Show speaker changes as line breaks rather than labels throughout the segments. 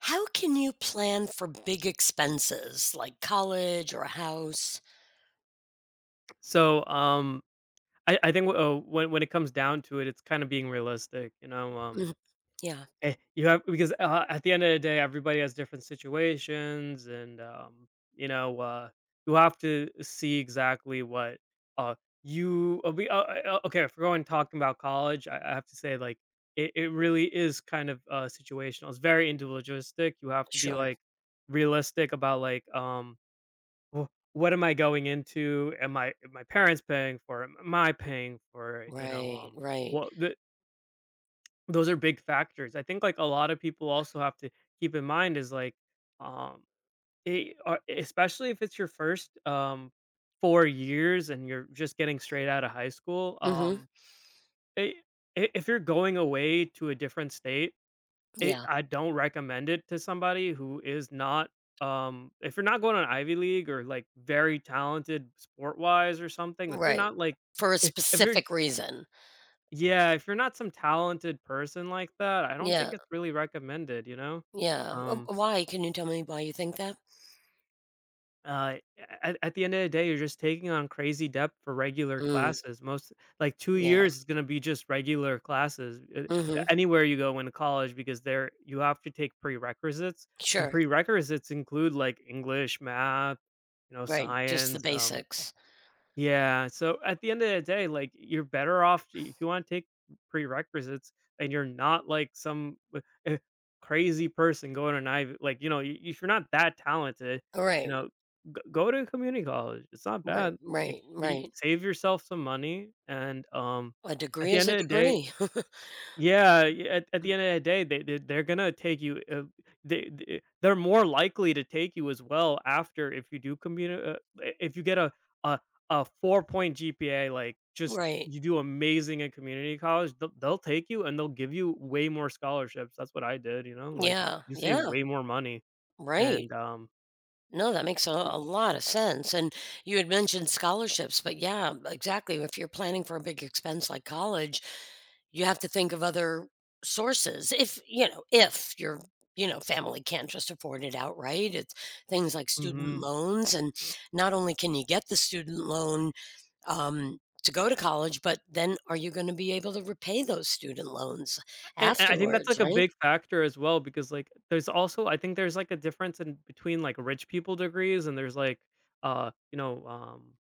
How can you plan for big expenses like college or a house?
So I think when it comes down to it, it's kind of being realistic, you know.
Mhm. Yeah,
You have because at the end of the day, everybody has different situations, and you know, uh, you have to see exactly what uh you we okay. If we're going talking about college, I have to say like it really is kind of situational. It's very individualistic. You have to be
sure.
like realistic about well, what am I going into? Am my parents paying for it? Am I paying for it? You know,
Right,
um,
right.
what the, those are big factors. I think like a lot of people also have to keep in mind is like, um, especially if it's your first 4 years and you're just getting straight out of high school.
Mhm.
I I If you're going away to a different state, it
Yeah,
I don't recommend it to somebody who is not if you're not going on Ivy League or, like, very talented sport-wise or something, if you're
right.
not, like
For a
if you're
specific reason.
yeah, if you're not some talented person like that, I don't think
Yeah,
it's really recommended, you know?
yeah. Oh,
Um
why? Can you tell me why you think that?
Uh, at the end of the day, you're just taking on crazy depth for regular
Mm,
classes. Most like 2
yeah.
years is gonna be just regular classes,
Mhm.
anywhere you go in college because there you have to take prerequisites, and
Sure.
prerequisites include, like, English, math, you know,
Right. Just the
science.
basics.
Yeah. So at the end of the day, like you're better off if you want to take prerequisites and you're not like some eh, crazy person going to Ivy. Like, you know, if you're not that talented, you
Right,
know, go to community college. It's not
right,
bad. You,
right,
you
right.
save yourself some money. And
A
at
degree
the
is
end
a
of the day,
degree.
yeah, at the end of the day, they're gonna take you. They're more likely to take you as well after if you do commute. If you get a a 4.0 GPA, like just
Right.
you do amazing in community college, they'll take you and they'll give you way more scholarships. That's what I did. You know, like
Yeah,
you save
yeah.
way more money
Right.
and
No, that makes a lot of sense. And you had mentioned scholarships, but yeah, exactly. If you're planning for a big expense like college, you have to think of other sources. If, you know, if your, you know, family can't just afford it outright, it's things like student
mhm.
loans. And not only can you get the student loan um, to go to college, but then are you going to be able to repay those student loans
And I think that's
afterwards,
like a
right?
big factor as well because like there's also I think there's like a difference in between like rich people degrees and there's like uh you know um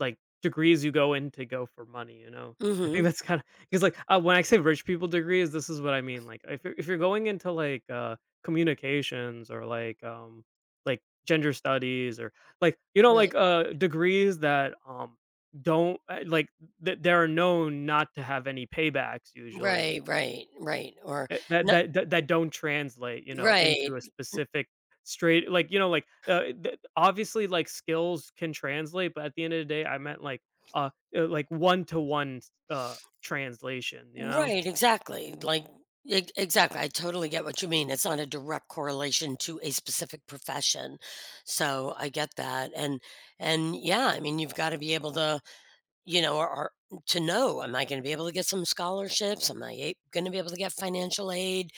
like degrees you go in to go for money, you know? I think
Mm-hmm.
that's kind of because like, when I say rich people degrees this is what I mean, like if you're going into communications or like gender studies or like you know
Right.
like degrees that don't like th- they're known not to have any paybacks usually.
Right, right, right. Or
Eh, that
not
that that that don't translate, you know,
right.
into a specific straight like, you know, like, th obviously, like, skills can translate, but at the end of the day, I meant, like, uh, like, one-to-one, uh, translation, you know?
Right, exactly. Like, e exactly. I totally get what you mean. It's not a direct correlation to a specific profession. So I get that. And yeah, I mean, you've got to be able to, you know, or to know, am I going to be able to get some scholarships? Am I going to be able to get financial aid?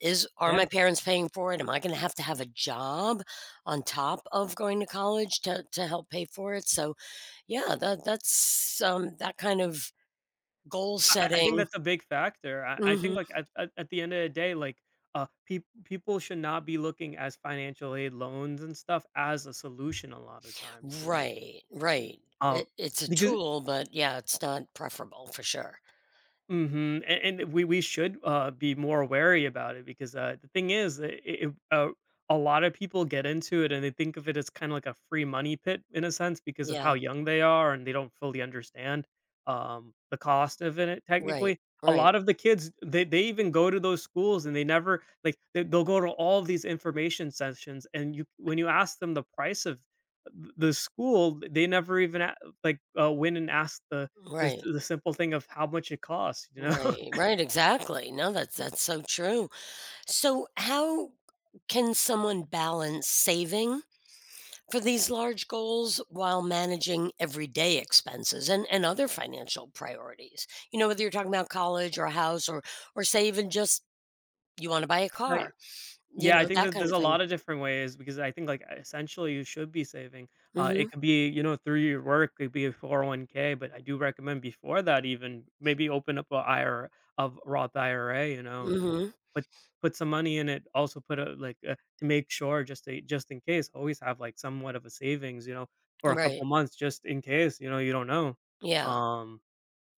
Is, are
Yeah.
my parents paying for it? Am I going to have a job on top of going to college to help pay for it? So yeah, that, that's, that kind of goal
I think
setting.
that's a big factor. I think, like,
Mm-hmm.
at the end of the day, people should not be looking as financial aid loans and stuff as a solution a lot of times, and I
Right, right.
um,
It it's a
because
tool, but yeah, it's not preferable for sure.
Mhm, a and we should, be more wary about it because, the thing is, I it a lot of people get into it and they think of it as kinda like a free money pit in a sense because of how
Yeah,
young they are and they don't fully understand, the cost of it
right,
technically. A
right,
lot of the kids, they even go to those schools and they never like, they'll go to all these information sessions and you when you ask them the price of th the school, they never even went and asked the the
right,
the simple thing of how much it costs, you know?
right, right, exactly. No, that's so true. So how can someone balance saving for these large goals while managing everyday expenses and other financial priorities? You know, whether you're talking about college or a house or say even just you want to buy a
Like
car, you
yeah, I
know,
think
that
that
kind
there's
of
a
thing.
lot of different ways because I think, like, essentially, you should be saving.
Mm-hmm.
It could be, you know, through your work, it could be a 401k, but I do recommend before that even maybe open up a IRA of Roth IRA, you know, like,
Mm-hmm.
put put some money in it. Also put a like, to make sure just to just in case, always have, like, somewhat of a savings, you know, for a
Right.
couple months just in case, you know, you don't know.
Yeah.
Um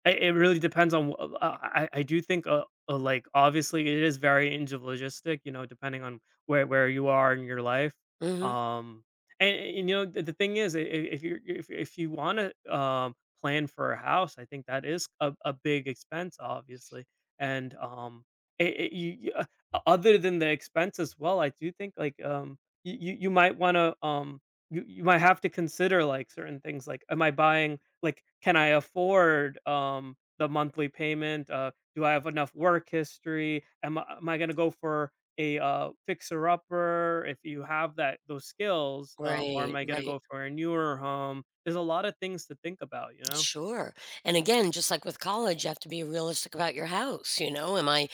it really depends on wh I do think, like, obviously, it is very individualistic, you know, depending on where you are in your life,
Mhm.
um, and, you know, the thing is, I if you're if you wanna, plan for a house, I think that is a big expense, obviously, and, it it you you o other than the expense as well, I do think, like, you might wanna, you might have to consider, like, certain things, like, am I buying like, can I afford, the monthly payment? Do I have enough work history? Am I gonna go for a fixer upper if you have that those skills, or am
Right,
I gonna
right.
go for a newer home? There's a lot of things to think about, you know?
Sure. And again, just like with college, you have to be realistic about your house, you know? Am I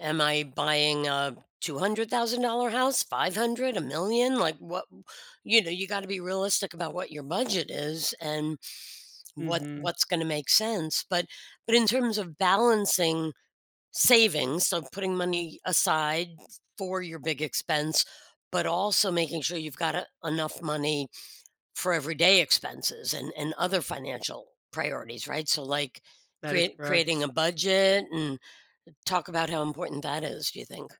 am I buying a $200,000 house, 500, a million? Like what you know, you got to be realistic about what your budget is and what
Mhm.
what's going to make sense. But in terms of balancing savings, so putting money aside for your big expense, but also making sure you've got a, enough money for everyday expenses and other financial priorities, right? So like
That is
create
correct.
creating a budget and talk about how important that is, do you think?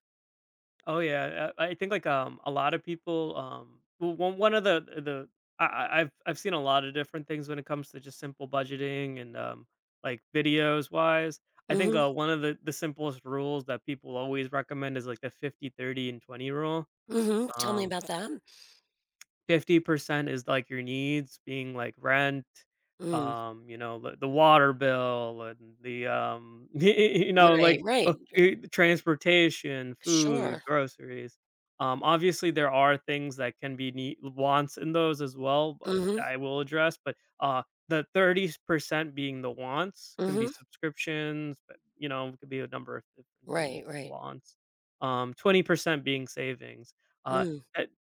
Oh yeah, I think like a lot of people well, one of the I- I've seen a lot of different things when it comes to just simple budgeting and like videos wise. I think
Mhm.
one of the simplest rules that people always recommend is like the 50/30 and 20 rule.
Mhm. Tell me
Um,
about that.
50% is like your needs being like rent,
Mm.
um, you know the water bill and the you know
Right,
like
right.
eh, transportation, food,
Sure.
groceries, obviously there are things that can be need, wants in those as well but
Mhm.
I will address but the 30% being the wants can be
Mhm.
subscriptions but you know it could be a number of different things
Right, right.
wants 20% being savings uh.
Mm.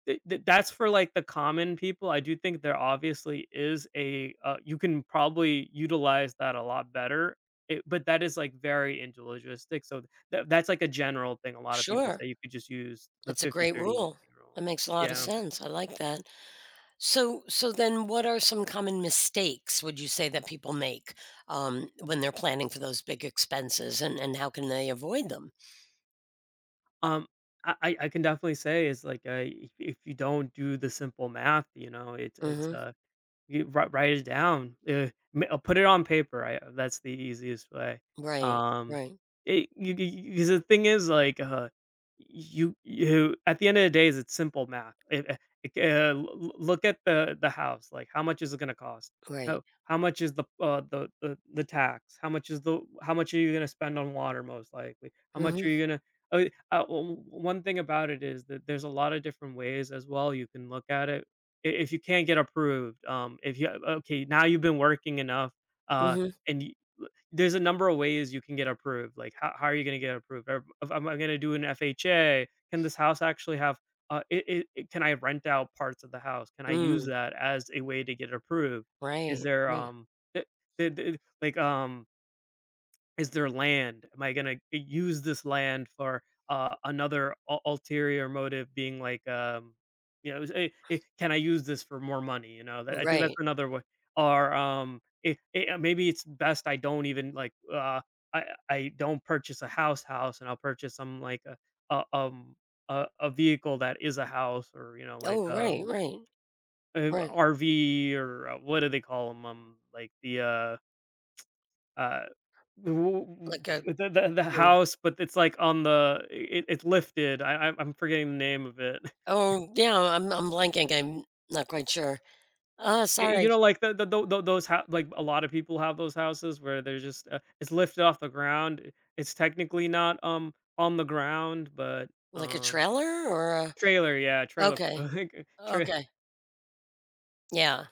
Th th That's for, like, the common people, I do think there obviously is you can probably utilize that a lot better, it but that is, like, very individualistic, so that's, like, a general thing a lot of people
Sure.
say you could just use the
It's a
50
great
30
rule.
rule.
That makes a lot of
Yeah.
sense. I like that. So so then what are some common mistakes would you say that people make when they're planning for those big expenses and how can they avoid them?
Um, I can definitely say is, like, if you don't do the simple math, you know,
Mhm.
you write it down, eh, m put it on paper, I that's the easiest way.
Right,
Um,
right,
it you you 'cause the thing is, like, you you at the end of the day, is it's simple math. It, eh, it l l Look at the house, like, how much is it gonna cost? How
right.
how much is the tax? How much is the how much are you gonna spend on water most likely? How much are
Mhm,
you gonna oh, o one thing about it is that there's a lot of different ways as well you can look at it I if you can't get approved, if you okay, now you've been working enough, uh,
mhm,
and y l there's a number of ways you can get approved, like, how are you gonna get approved? Am I gonna do an FHA, can this house actually have I can I rent out parts of the house? Can I use
mm,
that as a way to get approved? Is
right,
there,
right,
th th th like, um, is there land? Am I gonna use this land for, another ul ulterior motive being like, you know, "Can I use this for more money?" You know, that I think that's
right.
another way or, maybe it's best I don't even, like, I don't purchase a house house, and I'll purchase some, like, a, um, a vehicle that is a house or, you know, like,
Oh, right, right,
a
right.
RV or what do they call 'em? Like the, uh, w
Like
w
a
the the
mm,
house, but it's, like, on the it's lifted. I'm forgetting the name of it.
oh, yeah, I'm blanking, I'm not quite sure.
Y You
Sorry,
know, like, the those hou like, a lot of people have those houses where they're just, it's lifted off the ground. It's technically not, on the ground, but,
like a
um
trailer or a
trailer, yeah, trailer.
okay,
like, Tra
okay. Yeah,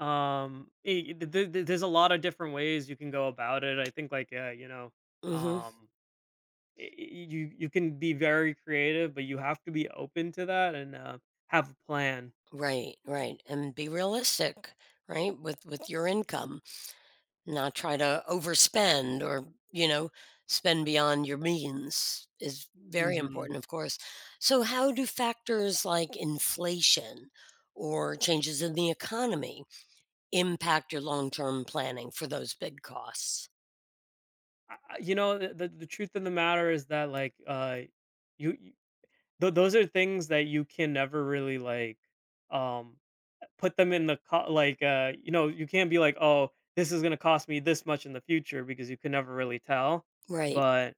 e the there's a lot of different ways you can go about it. I think, like, yeah,
mhm.
um you can be very creative, but you have to be open to that and have a plan.
Right, right, and be realistic, right, with your income. Not try to overspend or, you know, spend beyond your means is very
hmm
important, of course. So how do factors like inflation or changes in the economy impact your long term planning for those big costs?
the, the truth of the matter is that like you, you those are things that you can never really like um put them in the like you know you can't be like, oh, this is gonna cost me this much in the future because you can never really tell,
Right,
but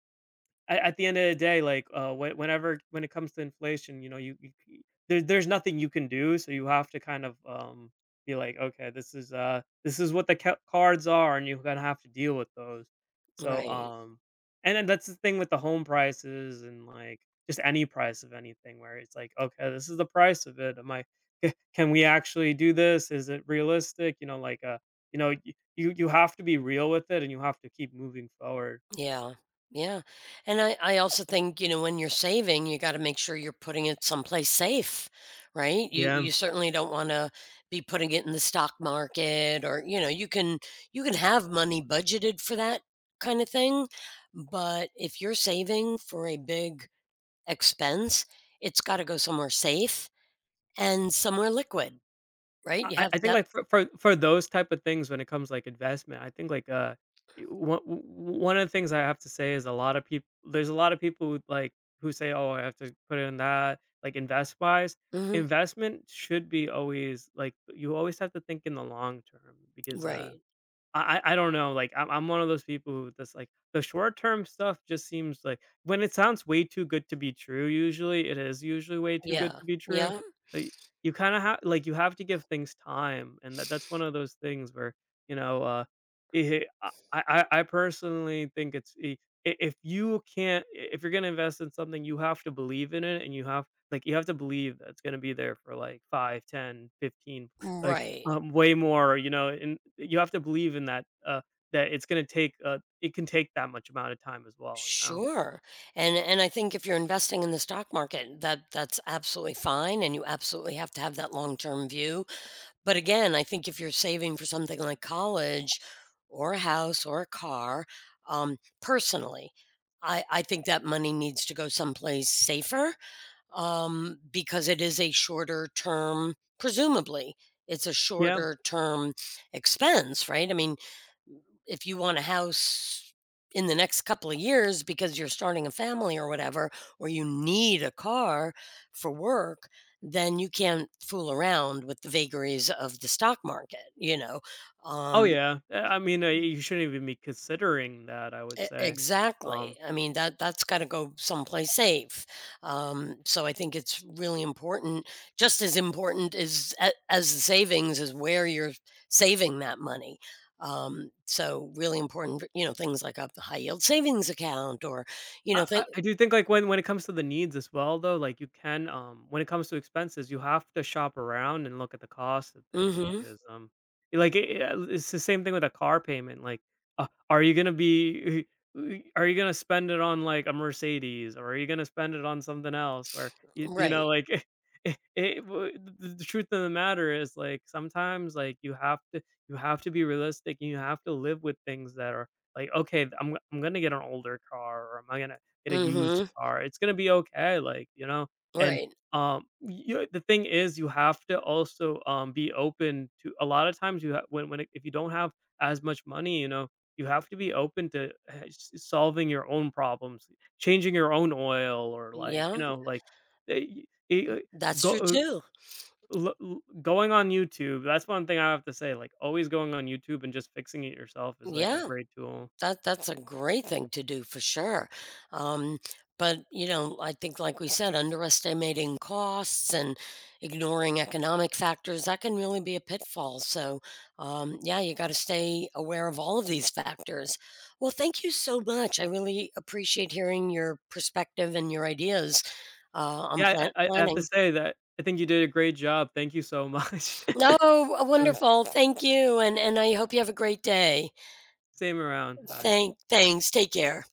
at the end of the day, like when it comes to inflation, you know, there's nothing you can do, so you have to kind of be like, okay, this is what the cards are, and you're gonna have to deal with those. So,
right.
um, and then that's the thing with the home prices and like just any price of anything, where it's like, okay, this is the price of it. Am I? Can we actually do this? Is it realistic? You know, like you have to be real with it, and you have to keep moving forward.
Yeah. Yeah. And I also think, you know, when you're saving, you got to make sure you're putting it someplace safe, right? You
Yeah.
you certainly don't want to be putting it in the stock market or, you know, you can have money budgeted for that kind of thing, but if you're saving for a big expense, it's got to go somewhere safe and somewhere liquid, right? You
I
have
I think,
that.
like, for for those type of things when it comes, like, investment, I think, like, y one of the things I have to say is a lot of people there's a lot of people who, like, who say, "Oh, I have to put in that," like, invest-wise.
Hmm,
Investment should be always like, you always have to think in the long term because,
right.
I don't know, like, I'm one of those people who that's like, the short term stuff just seems like when it sounds way too good to be true, usually it is usually way too good
Yeah.
to be true.
Yeah.
So y you kinda have like, you have to give things time, and that's one of those things where, you know, eh, I personally think it's I if you can't I if you're gonna invest in something, you have to believe in it, and you have like, you have to believe that it's gonna be there for, like, 5, 10, 15, like
Right.
way more, you know, and you have to believe in that, that it's gonna take, it can take that much amount of time as well, you know?
Sure. And I think if you're investing in the stock market, that that's absolutely fine and you absolutely have to have that long-term view. But again, I think if you're saving for something like college or a house or a car, personally, I think that money needs to go someplace safer because it is a shorter term, presumably, it's a
Yeah.
shorter term expense, right? I mean, if you want a house in the next couple of years because you're starting a family or whatever, or you need a car for work, then you can't fool around with the vagaries of the stock market, you know?
Oh,
Um,
yeah. I mean, you shouldn't even be considering that, I would
E
say.
Exactly.
Um
I mean, that that's gotta go someplace safe. So I think it's really important just as important as a as the savings is where you're saving that money. So really important you know, things like a high yield savings account or, you
I
know,
I
think
I do think, like, when it comes to the needs as well, though, like, you can, when it comes to expenses, you have to shop around and look at the cost of things
mhm.
because, like, it's the same thing with a car payment, like, are you gonna be are you gonna spend it on, like, a Mercedes, or are you gonna spend it on something else? Or, you know,
Right.
like, it w the truth of the matter is, like, sometimes, like, you have to be realistic, and you have to live with things that are like, "Okay, I'm gonna get an older car, or am I gonna" Get a used
Mhm.
car. It's gonna be okay, like, you know? And,
Right.
you know, the thing is you have to also, be open to a lot of times you ha when it, if you don't have as much money, you know, you have to be open to eh, s solving your own problems, changing your own oil or, like, you
Yeah.
know, like, eh, y eh,
That's
go
true too.
l l going on YouTube, that's one thing I have to say, like, always going on YouTube and just fixing it yourself is, like, a
Yeah.
great tool.
That that's a great thing to do for sure. Um, but you know, I think like we said, underestimating costs and ignoring economic factors, that can really be a pitfall. So yeah, you got to stay aware of all of these factors. Well, thank you so much. I really appreciate hearing your perspective and your ideas uh, on
Yeah, I have to
planning.
say that I think you did a great job. Thank you so much.
Oh,
It was
wonderful. Thank you. And I hope you have a great day.
same around. Bye.
Thanks. Take care.